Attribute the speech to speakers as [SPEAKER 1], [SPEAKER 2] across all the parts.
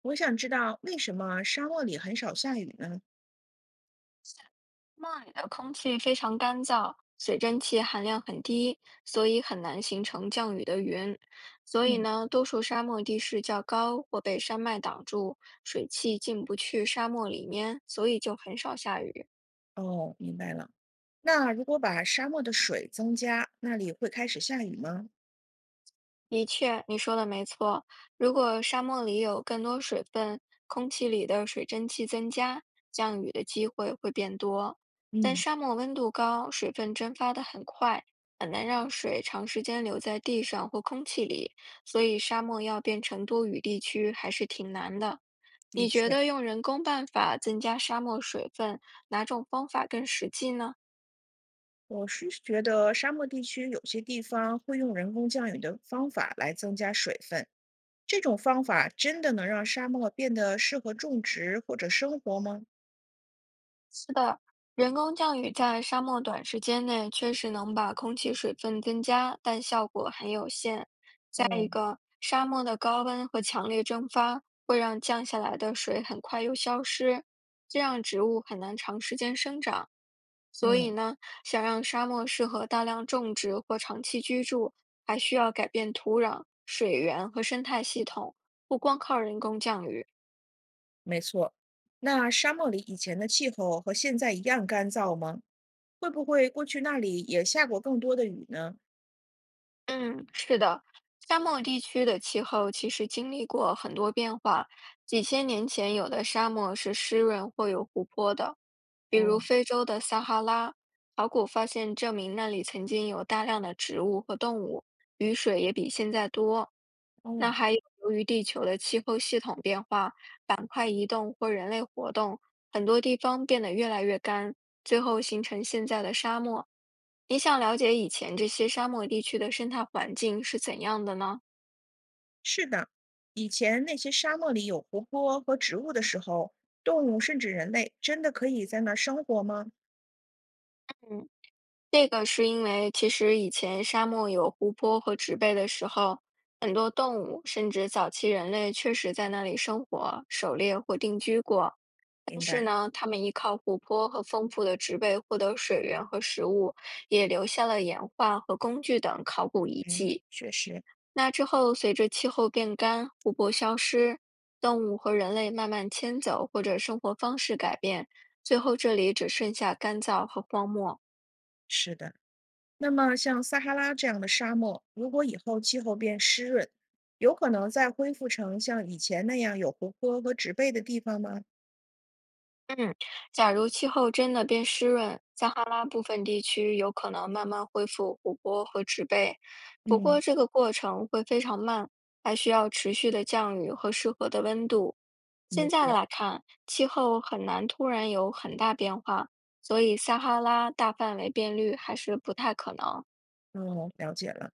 [SPEAKER 1] 我想知道为什么沙漠里很少下雨呢？
[SPEAKER 2] 那里的空气非常干燥，水蒸气含量很低，所以很难形成降雨的云。所以
[SPEAKER 1] 嗯，
[SPEAKER 2] 呢，多数沙漠地势较高或被山脉挡住，水汽进不去沙漠里面，所以就很少下雨。
[SPEAKER 1] 哦，明白了。那如果把沙漠的水增加，那里会开始下雨吗？
[SPEAKER 2] 的确，你说的没错。如果沙漠里有更多水分，空气里的水蒸气增加，降雨的机会会变多。但
[SPEAKER 1] 嗯，
[SPEAKER 2] 沙漠温度高，水分蒸发得很快，很难让水长时间留在地上或空气里，所以沙漠要变成多雨地区还是挺难的。
[SPEAKER 1] 的
[SPEAKER 2] 你觉
[SPEAKER 1] 确，
[SPEAKER 2] 得用人工办法增加沙漠水分，哪种方法更实际呢？
[SPEAKER 1] 我是觉得沙漠地区有些地方会用人工降雨的方法来增加水分，这种方法真的能让沙漠变得适合种植或者生活吗？
[SPEAKER 2] 的，人工降雨在沙漠短时间内确实能把空气水分增加，但效果很有限。再一
[SPEAKER 1] 哦，
[SPEAKER 2] 个，沙漠的高温和强烈蒸发会让降下来的水很快又消失，这让植物很难长时间生长。所
[SPEAKER 1] 嗯，
[SPEAKER 2] 以呢，想让沙漠适合大量种植或长期居住，还需要改变土壤、水源和生态系统，不光靠人工降雨。
[SPEAKER 1] 没错。那沙漠里以前的气候和现在一样干燥吗？会不会过去那里也下过更多的雨呢？
[SPEAKER 2] 嗯，是的，沙漠地区的气候其实经历过很多变化。几千年前，有的沙漠是湿润或有湖泊的，比如
[SPEAKER 1] 哦
[SPEAKER 2] 非洲的撒哈拉。考古发现证明那里曾经有大量的植物和动物，雨水也比现在多。
[SPEAKER 1] 哦，
[SPEAKER 2] 那还有，由于地球的气候系统变化、板块移动或人类活动，很多地方变得越来越干，最后形成现在的沙漠。你想了解以前这些沙漠地区的生态环境是怎样的呢？
[SPEAKER 1] 是的，以前那些沙漠里有湖泊和植物的时候，动物甚至人类真的可以在那儿生活吗？
[SPEAKER 2] 嗯，这个是因为其实以前沙漠有湖泊和植被的时候，很多动物甚至早期人类确实在那里生活、狩猎或定居过。但
[SPEAKER 1] 明
[SPEAKER 2] 是
[SPEAKER 1] 白，
[SPEAKER 2] 呢，他们依靠湖泊和丰富的植被获得水源和食物，也留下了岩画和工具等考古遗
[SPEAKER 1] 哎，
[SPEAKER 2] 迹。
[SPEAKER 1] 确实
[SPEAKER 2] 那之后，随着气候变干，湖泊消失，动物和人类慢慢迁走或者生活方式改变，最后这里只剩下干燥和荒漠。
[SPEAKER 1] 是的。那么像撒哈拉这样的沙漠，如果以后气候变湿润，有可能再恢复成像以前那样有湖泊和植被的地方吗？
[SPEAKER 2] 嗯，假如气候真的变湿润，撒哈拉部分地区有可能慢慢恢复湖泊和植被，不
[SPEAKER 1] 嗯，
[SPEAKER 2] 过这个过程会非常慢，还需要持续的降雨和适合的温度。
[SPEAKER 1] 没
[SPEAKER 2] 现在
[SPEAKER 1] 错，
[SPEAKER 2] 来看，气候很难突然有很大变化，所以撒哈拉大范围变绿还是不太可能。
[SPEAKER 1] 嗯，了解了。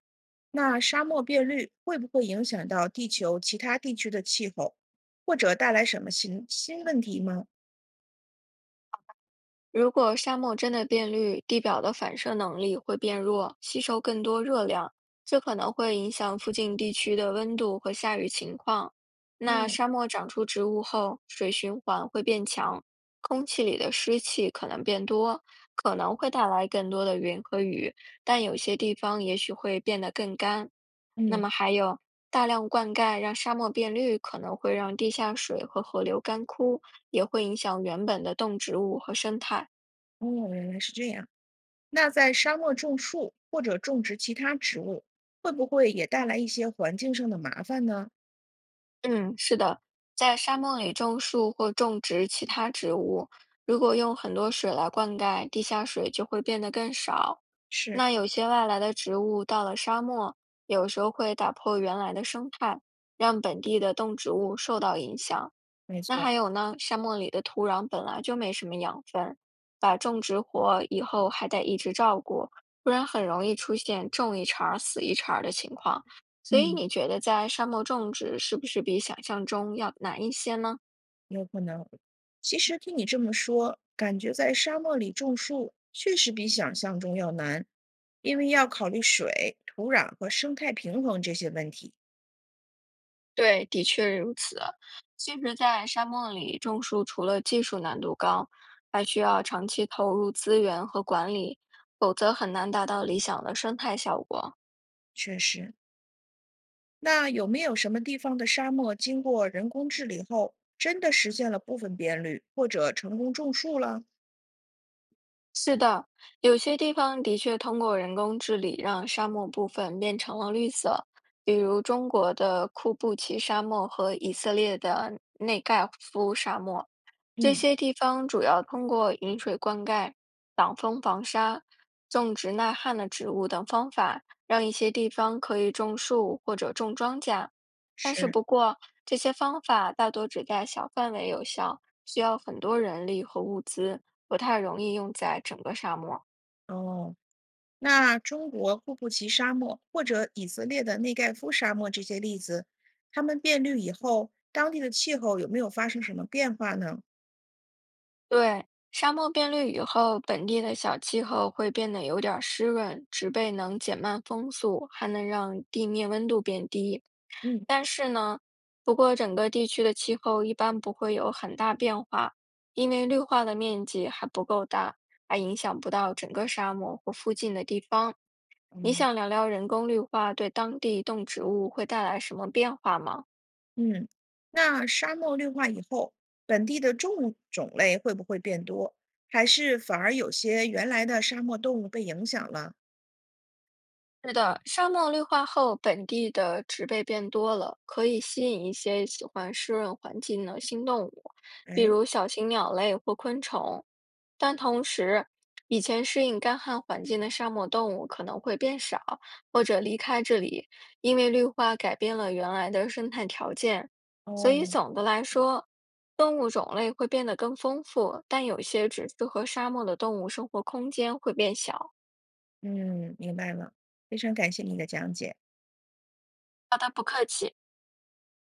[SPEAKER 1] 那沙漠变绿会不会影响到地球其他地区的气候，或者带来什么新问题吗？
[SPEAKER 2] 如果沙漠真的变绿，地表的反射能力会变弱，吸收更多热量，这可能会影响附近地区的温度和下雨情况。那
[SPEAKER 1] 嗯
[SPEAKER 2] 沙漠长出植物后，水循环会变强，空气里的湿气可能变多，可能会带来更多的云和雨，但有些地方也许会变得更干。那
[SPEAKER 1] 嗯，
[SPEAKER 2] 么还有大量灌溉让沙漠变绿，可能会让地下水和河流干枯，也会影响原本的动植物和生态。
[SPEAKER 1] 哦，原来是这样。那在沙漠种树或者种植其他植物，会不会也带来一些环境上的麻烦呢？
[SPEAKER 2] 嗯，是的，在沙漠里种树或种植其他植物，如果用很多水来灌溉，地下水就会变得更少。
[SPEAKER 1] 是，
[SPEAKER 2] 那有些外来的植物到了沙漠，有时候会打破原来的生态，让本地的动植物受到影响。
[SPEAKER 1] 没
[SPEAKER 2] 那
[SPEAKER 1] 错，
[SPEAKER 2] 还有呢，沙漠里的土壤本来就没什么养分，把种植活以后还得一直照顾，不然很容易出现种一茬儿死一茬儿的情况。所以
[SPEAKER 1] 嗯，
[SPEAKER 2] 你觉得在沙漠种植是不是比想象中要难一些呢？
[SPEAKER 1] 有可能。其实听你这么说，感觉在沙漠里种树确实比想象中要难，因为要考虑水、土壤和生态平衡这些问题。
[SPEAKER 2] 对，的确如此。其实，在沙漠里种树，除了技术难度高，还需要长期投入资源和管理，否则很难达到理想的生态效果。
[SPEAKER 1] 确实，那有没有什么地方的沙漠经过人工治理后，真的实现了部分变绿，或者成功种树了？
[SPEAKER 2] 是的，有些地方的确通过人工治理让沙漠部分变成了绿色，比如中国的库布齐沙漠和以色列的内盖夫沙漠。这
[SPEAKER 1] 嗯。
[SPEAKER 2] 些地方主要通过引水灌溉、挡风防沙、种植耐旱的植物等方法，让一些地方可以种树或者种庄稼。但是
[SPEAKER 1] 是，
[SPEAKER 2] 不过，这些方法大多只在小范围有效，需要很多人力和物资，不太容易用在整个沙漠。
[SPEAKER 1] 哦，那中国库布齐沙漠或者以色列的内盖夫沙漠这些例子，它们变绿以后，当地的气候有没有发生什么变化呢？
[SPEAKER 2] 对，沙漠变绿以后，本地的小气候会变得有点儿湿润，植被能减慢风速，还能让地面温度变低。
[SPEAKER 1] 嗯
[SPEAKER 2] 但是呢，不过整个地区的气候一般不会有很大变化，因为绿化的面积还不够大，还影响不到整个沙漠或附近的地方。你
[SPEAKER 1] 嗯。
[SPEAKER 2] 想聊聊人工绿化对当地动植物会带来什么变化吗？
[SPEAKER 1] 嗯，那沙漠绿化以后，本地的动物种类会不会变多？还是反而有些原来的沙漠动物被影响了？
[SPEAKER 2] 是的，沙漠绿化后，本地的植被变多了，可以吸引一些喜欢湿润环境的新动物，比
[SPEAKER 1] 哎，
[SPEAKER 2] 如小型鸟类或昆虫。但同时，以前适应干旱环境的沙漠动物可能会变少，或者离开这里，因为绿化改变了原来的生态条件。所以
[SPEAKER 1] 哦，
[SPEAKER 2] 总的来说，动物种类会变得更丰富，但有些只适合沙漠的动物生活空间会变小。
[SPEAKER 1] 嗯，明白了，非常感谢你的讲解。
[SPEAKER 2] 好的，不客气。